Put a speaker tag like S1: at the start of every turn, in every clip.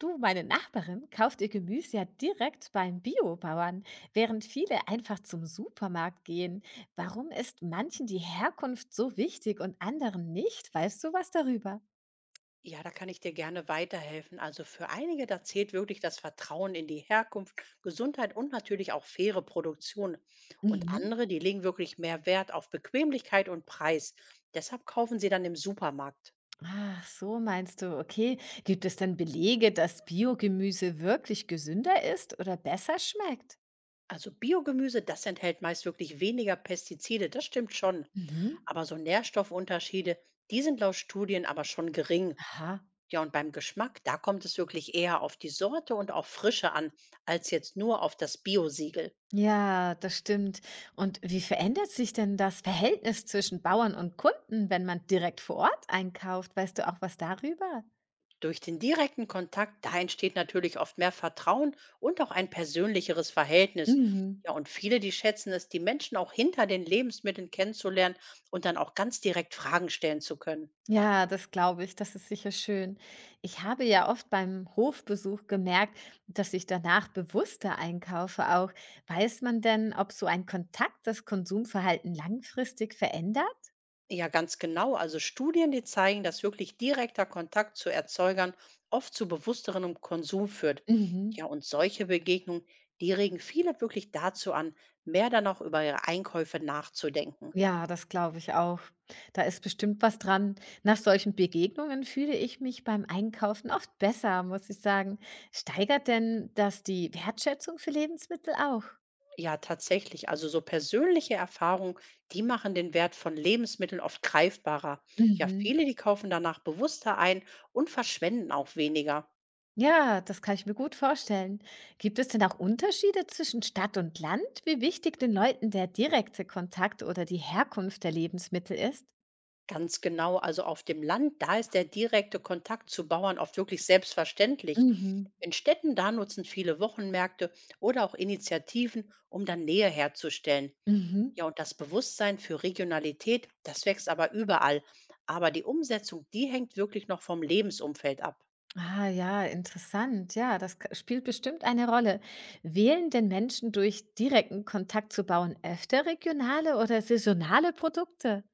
S1: Du, meine Nachbarin kauft ihr Gemüse ja direkt beim Biobauern, während viele einfach zum Supermarkt gehen. Warum ist manchen die Herkunft so wichtig und anderen nicht? Weißt du was darüber?
S2: Ja, da kann ich dir gerne weiterhelfen. Also für einige, da zählt wirklich das Vertrauen in die Herkunft, Gesundheit und natürlich auch faire Produktion. Und
S1: Mhm.
S2: andere, die legen wirklich mehr Wert auf Bequemlichkeit und Preis. Deshalb kaufen sie dann im Supermarkt.
S1: Ach, so meinst du. Okay, gibt es denn Belege, dass Biogemüse wirklich gesünder ist oder besser schmeckt?
S2: Also Biogemüse, das enthält meist wirklich weniger Pestizide, das stimmt schon.
S1: Mhm.
S2: Aber so Nährstoffunterschiede, die sind laut Studien aber schon gering.
S1: Aha,
S2: Ja, und beim Geschmack, da kommt es wirklich eher auf die Sorte und auf Frische an, als jetzt nur auf das Biosiegel.
S1: ja, das stimmt. Und wie verändert sich denn das Verhältnis zwischen Bauern und Kunden, wenn man direkt vor Ort einkauft? Weißt du auch was darüber?
S2: Durch den direkten Kontakt, da entsteht natürlich oft mehr Vertrauen und auch ein persönlicheres Verhältnis.
S1: Mhm.
S2: Ja, und viele, die schätzen es, die Menschen auch hinter den Lebensmitteln kennenzulernen und dann auch ganz direkt Fragen stellen zu können.
S1: Ja, das glaube ich. Das ist sicher schön. Ich habe ja oft beim Hofbesuch gemerkt, dass ich danach bewusster einkaufe auch. Weiß man denn, ob so ein Kontakt das Konsumverhalten langfristig verändert?
S2: Ja, ganz genau. Also Studien, die zeigen, dass wirklich direkter Kontakt zu Erzeugern oft zu bewussterem Konsum führt.
S1: Mhm.
S2: Ja, und solche Begegnungen, die regen viele wirklich dazu an, mehr dann auch über ihre Einkäufe nachzudenken.
S1: Ja, das glaube ich auch. Da ist bestimmt was dran. Nach solchen Begegnungen fühle ich mich beim Einkaufen oft besser, muss ich sagen. Steigert denn das die Wertschätzung für Lebensmittel auch?
S2: Ja, tatsächlich. Also so persönliche Erfahrungen, die machen den Wert von Lebensmitteln oft greifbarer. Ja,
S1: Mhm.
S2: viele, die kaufen danach bewusster ein und verschwenden auch weniger.
S1: Ja, das kann ich mir gut vorstellen. Gibt es denn auch Unterschiede zwischen Stadt und Land, wie wichtig den Leuten der direkte Kontakt oder die Herkunft der Lebensmittel ist?
S2: Ganz genau, also auf dem Land, da ist der direkte Kontakt zu Bauern oft wirklich selbstverständlich.
S1: Mhm.
S2: In Städten, da nutzen viele Wochenmärkte oder auch Initiativen, um dann Nähe herzustellen.
S1: Mhm.
S2: Ja, und das Bewusstsein für Regionalität, das wächst aber überall. Aber die Umsetzung, die hängt wirklich noch vom Lebensumfeld ab.
S1: Ah ja, interessant. Ja, spielt bestimmt eine Rolle. Wählen denn Menschen durch direkten Kontakt zu Bauern öfter regionale oder saisonale Produkte?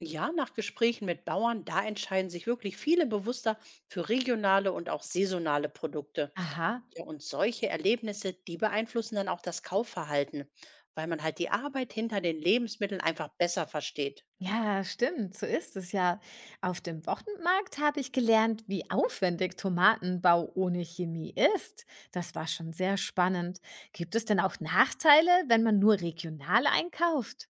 S2: Ja, nach Gesprächen mit Bauern, da entscheiden sich wirklich viele bewusster für regionale und auch saisonale Produkte.
S1: Aha.
S2: Ja, und solche Erlebnisse, die beeinflussen dann auch das Kaufverhalten, weil man halt die Arbeit hinter den Lebensmitteln einfach besser versteht.
S1: Ja, stimmt, so ist es ja. Auf dem Wochenmarkt habe ich gelernt, wie aufwendig Tomatenbau ohne Chemie ist. Das war schon sehr spannend. Gibt es denn auch Nachteile, wenn man nur regional einkauft?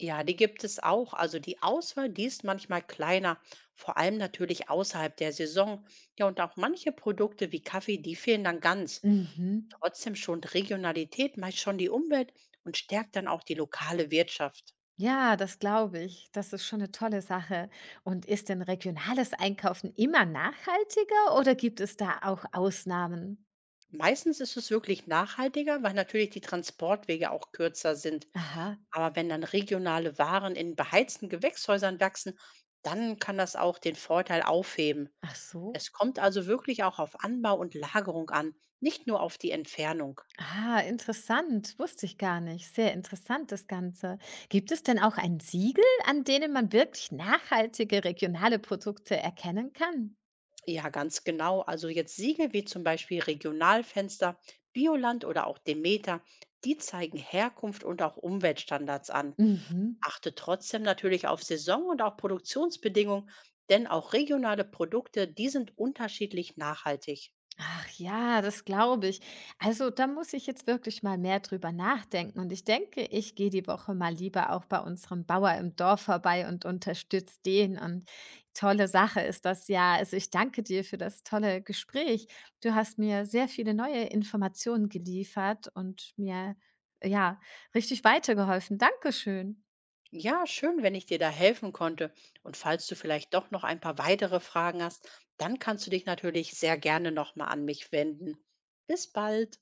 S2: Ja, die gibt es auch. Also die Auswahl, die ist manchmal kleiner, vor allem natürlich außerhalb der Saison. Ja, und auch manche Produkte wie Kaffee, die fehlen dann ganz.
S1: Mhm.
S2: Trotzdem schont Regionalität meist schon die Umwelt und stärkt dann auch die lokale Wirtschaft.
S1: Ja, das glaube ich. Das ist schon eine tolle Sache. Und ist denn regionales Einkaufen immer nachhaltiger oder gibt es da auch Ausnahmen?
S2: Meistens ist es wirklich nachhaltiger, weil natürlich die Transportwege auch kürzer sind.
S1: Aha,
S2: Aber wenn dann regionale Waren in beheizten Gewächshäusern wachsen, dann kann das auch den Vorteil aufheben.
S1: ach so.
S2: Es kommt also wirklich auch auf Anbau und Lagerung an, nicht nur auf die Entfernung.
S1: Ah, interessant, wusste ich gar nicht. Sehr interessant das Ganze. Gibt es denn auch ein Siegel, an denen man wirklich nachhaltige regionale Produkte erkennen kann?
S2: Ja, ganz genau. Also jetzt Siegel wie zum Beispiel Regionalfenster, Bioland oder auch Demeter, die zeigen Herkunft und auch Umweltstandards an.
S1: Mhm.
S2: Achte trotzdem natürlich auf Saison und auch Produktionsbedingungen, denn auch regionale Produkte, die sind unterschiedlich nachhaltig.
S1: Ach ja, das glaube ich. Also da muss ich jetzt wirklich mal mehr drüber nachdenken. Und ich denke, ich gehe die Woche mal lieber auch bei unserem Bauer im Dorf vorbei und unterstütze den. Und tolle Sache ist das ja. Also ich danke dir für das tolle Gespräch. Du hast mir sehr viele neue Informationen geliefert und mir ja richtig weitergeholfen. Dankeschön.
S2: Ja, schön, wenn ich dir da helfen konnte. Und falls du vielleicht doch noch ein paar weitere Fragen hast, dann kannst du dich natürlich sehr gerne nochmal an mich wenden. Bis bald.